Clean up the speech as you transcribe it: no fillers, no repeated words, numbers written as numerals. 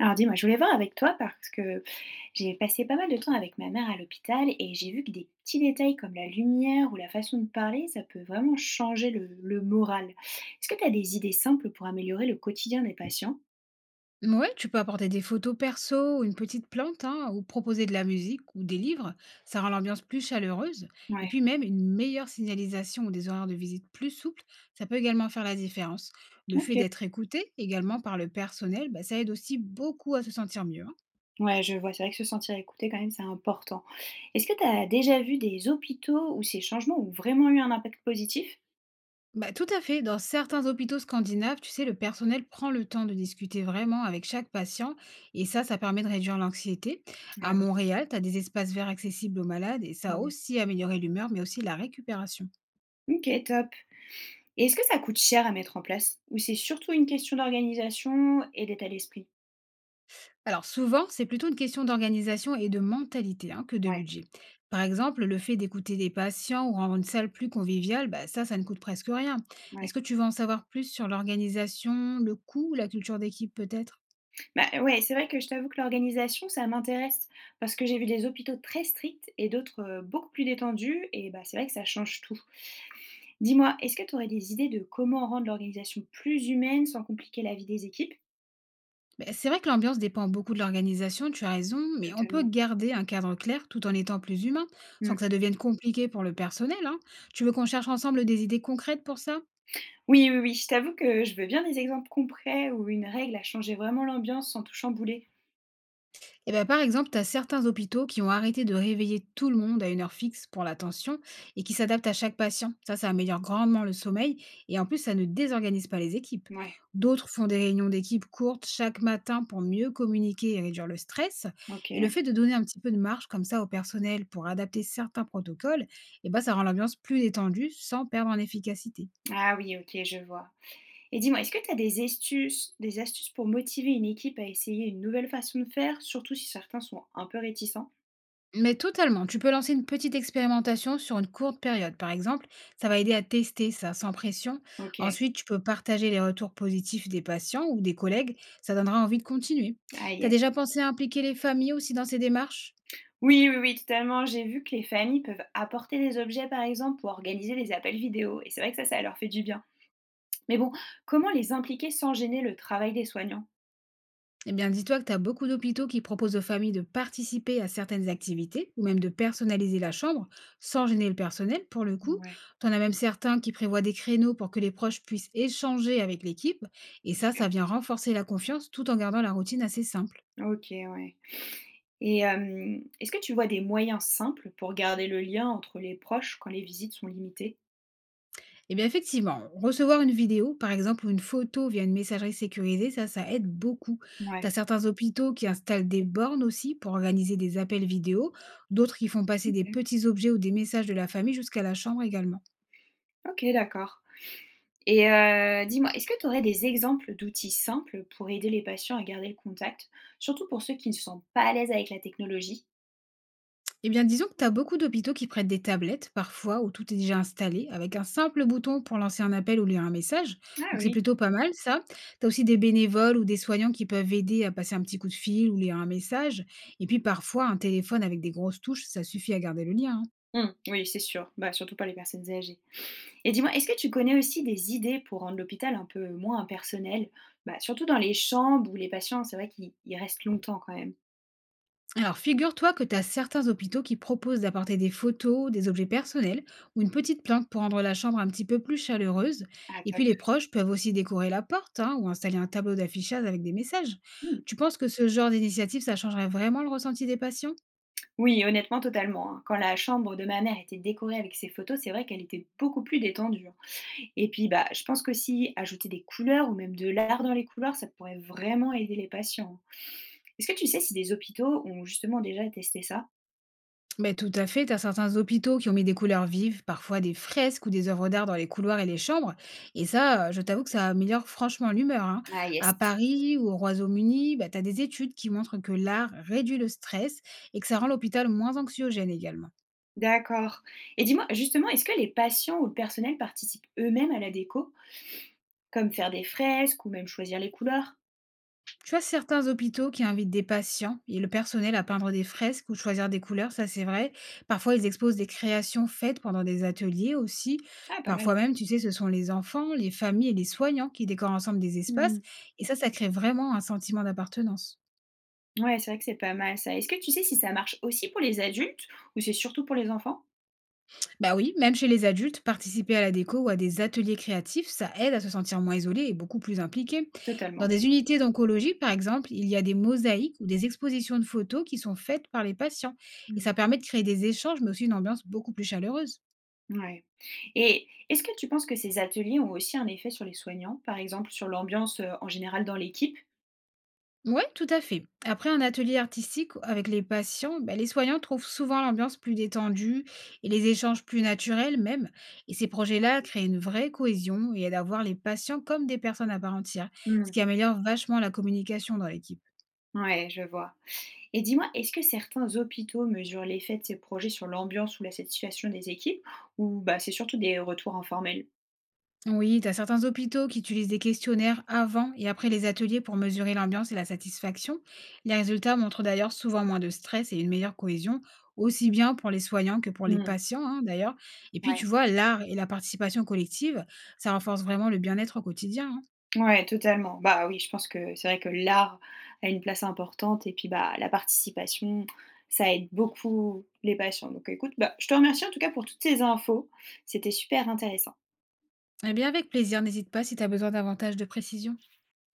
Alors dis-moi, je voulais voir avec toi parce que j'ai passé pas mal de temps avec ma mère à l'hôpital et j'ai vu que des petits détails comme la lumière ou la façon de parler, ça peut vraiment changer le moral. Est-ce que tu as des idées simples pour améliorer le quotidien des patients? Ouais, tu peux apporter des photos perso ou une petite plante, hein, ou proposer de la musique ou des livres. Ça rend l'ambiance plus chaleureuse. Et Ouais, puis même une meilleure signalisation ou des horaires de visite plus souples, ça peut également faire la différence. Le fait ok. d'être écouté également par le personnel, bah, ça aide aussi beaucoup à se sentir mieux, hein. Ouais, je vois, c'est vrai que se sentir écouté quand même, c'est important. Est-ce que tu as déjà vu des hôpitaux où ces changements ont vraiment eu un impact positif? Bah, tout à fait. Dans certains hôpitaux scandinaves, tu sais, le personnel prend le temps de discuter vraiment avec chaque patient, et ça permet de réduire l'anxiété. Ah À oui. Montréal, tu as des espaces verts accessibles aux malades et ça a Hmm. aussi amélioré l'humeur, mais aussi la récupération. Ok, top. Et est-ce que ça coûte cher à mettre en place? Ou c'est surtout une question d'organisation et d'état d'esprit? Alors souvent, c'est plutôt une question d'organisation et de mentalité, hein, que de Ouais. budget. Par exemple, le fait d'écouter des patients ou rendre une salle plus conviviale, bah, ça ne coûte presque rien. Ouais. Est-ce que tu veux en savoir plus sur l'organisation, le coût ou la culture d'équipe peut-être? Bah, ouais, c'est vrai que je t'avoue que l'organisation, ça m'intéresse parce que j'ai vu des hôpitaux très stricts et d'autres, beaucoup plus détendus et bah, c'est vrai que ça change tout. Dis-moi, est-ce que tu aurais des idées de comment rendre l'organisation plus humaine sans compliquer la vie des équipes? Ben, c'est vrai que l'ambiance dépend beaucoup de l'organisation, tu as raison, mais on peut Totalement. garder un cadre clair tout en étant plus humain, sans Mmh. que ça devienne compliqué pour le personnel, hein. Tu veux qu'on cherche ensemble des idées concrètes pour ça? Oui, oui, oui, je t'avoue que je veux bien des exemples concrets où une règle a changé vraiment l'ambiance sans tout chambouler. Eh ben, par exemple, tu as certains hôpitaux qui ont arrêté de réveiller tout le monde à une heure fixe pour l'attention et qui s'adaptent à chaque patient. Ça améliore grandement le sommeil et en plus, ça ne désorganise pas les équipes. Ouais, D'autres font des réunions d'équipe courtes chaque matin pour mieux communiquer et réduire le stress. Et le OK. fait de donner un petit peu de marge comme ça au personnel pour adapter certains protocoles, eh ben, ça rend l'ambiance plus détendue sans perdre en efficacité. Ah oui, OK, je vois. Et dis-moi, est-ce que tu as des astuces pour motiver une équipe à essayer une nouvelle façon de faire, surtout si certains sont un peu réticents? Mais totalement, tu peux lancer une petite expérimentation sur une courte période, par exemple, ça va aider à tester ça sans pression. OK. Ensuite, tu peux partager les retours positifs des patients ou des collègues, ça donnera envie de continuer. Ah T'as yes. déjà pensé à impliquer les familles aussi dans ces démarches? Oui, oui, oui, totalement. J'ai vu que les familles peuvent apporter des objets, par exemple, pour organiser des appels vidéo. Et c'est vrai que ça leur fait du bien. Mais bon, comment les impliquer sans gêner le travail des soignants? Eh bien, dis-toi que tu as beaucoup d'hôpitaux qui proposent aux familles de participer à certaines activités ou même de personnaliser la chambre sans gêner le personnel pour le coup. Ouais, Tu en as même certains qui prévoient des créneaux pour que les proches puissent échanger avec l'équipe et ça, OK. ça vient renforcer la confiance tout en gardant la routine assez simple. OK, ouais. Et est-ce que tu vois des moyens simples pour garder le lien entre les proches quand les visites sont limitées? Eh bien, effectivement, recevoir une vidéo, par exemple, ou une photo via une messagerie sécurisée, ça aide beaucoup. Tu Ouais, as certains hôpitaux qui installent des bornes aussi pour organiser des appels vidéo, d'autres qui font passer des OK. petits objets ou des messages de la famille jusqu'à la chambre également. OK, d'accord. Et dis-moi, est-ce que tu aurais des exemples d'outils simples pour aider les patients à garder le contact, surtout pour ceux qui ne sont pas à l'aise avec la technologie? Eh bien, disons que tu as beaucoup d'hôpitaux qui prêtent des tablettes, parfois, où tout est déjà installé, avec un simple bouton pour lancer un appel ou lire un message. Ah Donc, c'est oui. plutôt pas mal, ça. Tu as aussi des bénévoles ou des soignants qui peuvent aider à passer un petit coup de fil ou lire un message. Et puis, parfois, un téléphone avec des grosses touches, ça suffit à garder le lien, hein. Mmh, oui, c'est sûr. Bah, surtout pas les personnes âgées. Et dis-moi, est-ce que tu connais aussi des idées pour rendre l'hôpital un peu moins impersonnel? Bah, surtout dans les chambres où les patients, c'est vrai qu'ils restent longtemps quand même. Alors, figure-toi que tu as certains hôpitaux qui proposent d'apporter des photos, des objets personnels ou une petite plante pour rendre la chambre un petit peu plus chaleureuse. Ah, Et top. puis, les proches peuvent aussi décorer la porte, hein, ou installer un tableau d'affichage avec des messages. Mmh. Tu penses que ce genre d'initiative, ça changerait vraiment le ressenti des patients? Oui, honnêtement, totalement, hein. Quand la chambre de ma mère était décorée avec ses photos, c'est vrai qu'elle était beaucoup plus détendue, hein. Et puis, bah, je pense qu'aussi ajouter des couleurs ou même de l'art dans les couleurs, ça pourrait vraiment aider les patients, hein. Est-ce que tu sais si des hôpitaux ont justement déjà testé ça? Mais tout à fait, tu as certains hôpitaux qui ont mis des couleurs vives, parfois des fresques ou des œuvres d'art dans les couloirs et les chambres. Et ça, je t'avoue que ça améliore franchement l'humeur, hein. Ah, yes. À Paris ou au Royaume-Uni, bah, tu as des études qui montrent que l'art réduit le stress et que ça rend l'hôpital moins anxiogène également. D'accord. Et dis-moi, justement, est-ce que les patients ou le personnel participent eux-mêmes à la déco, comme faire des fresques ou même choisir les couleurs? Tu vois, certains hôpitaux qui invitent des patients et le personnel à peindre des fresques ou choisir des couleurs, ça c'est vrai. Parfois, ils exposent des créations faites pendant des ateliers aussi. Ah, pas mal. Parfois même, tu sais, ce sont les enfants, les familles et les soignants qui décorent ensemble des espaces. Hmm. Et ça crée vraiment un sentiment d'appartenance. Ouais, c'est vrai que c'est pas mal ça. Est-ce que tu sais si ça marche aussi pour les adultes ou c'est surtout pour les enfants? Bah oui, même chez les adultes, participer à la déco ou à des ateliers créatifs, ça aide à se sentir moins isolé et beaucoup plus impliqué. Dans Totalement. des unités d'oncologie, par exemple, il y a des mosaïques ou des expositions de photos qui sont faites par les patients. Et Hmm. ça permet de créer des échanges, mais aussi une ambiance beaucoup plus chaleureuse. Ouais. Et est-ce que tu penses que ces ateliers ont aussi un effet sur les soignants, par exemple sur l'ambiance en général dans l'équipe? Ouais, tout à fait. Après un atelier artistique avec les patients, ben, les soignants trouvent souvent l'ambiance plus détendue et les échanges plus naturels même. Et ces projets-là créent une vraie cohésion et aident à voir les patients comme des personnes à part entière, Hmm. ce qui améliore vachement la communication dans l'équipe. Ouais, je vois. Et dis-moi, est-ce que certains hôpitaux mesurent l'effet de ces projets sur l'ambiance ou la satisfaction des équipes ou bah, c'est surtout des retours informels? Oui, tu as certains hôpitaux qui utilisent des questionnaires avant et après les ateliers pour mesurer l'ambiance et la satisfaction. Les résultats montrent d'ailleurs souvent moins de stress et une meilleure cohésion, aussi bien pour les soignants que pour les Mmh. patients, hein, d'ailleurs. Et puis Ouais, tu vois, l'art et la participation collective, ça renforce vraiment le bien-être au quotidien, hein. ouais, totalement. Bah oui, je pense que c'est vrai que l'art a une place importante et puis bah la participation, ça aide beaucoup les patients. Donc écoute, bah, je te remercie en tout cas pour toutes ces infos. C'était super intéressant. Eh bien avec plaisir, n'hésite pas si tu as besoin davantage de précision.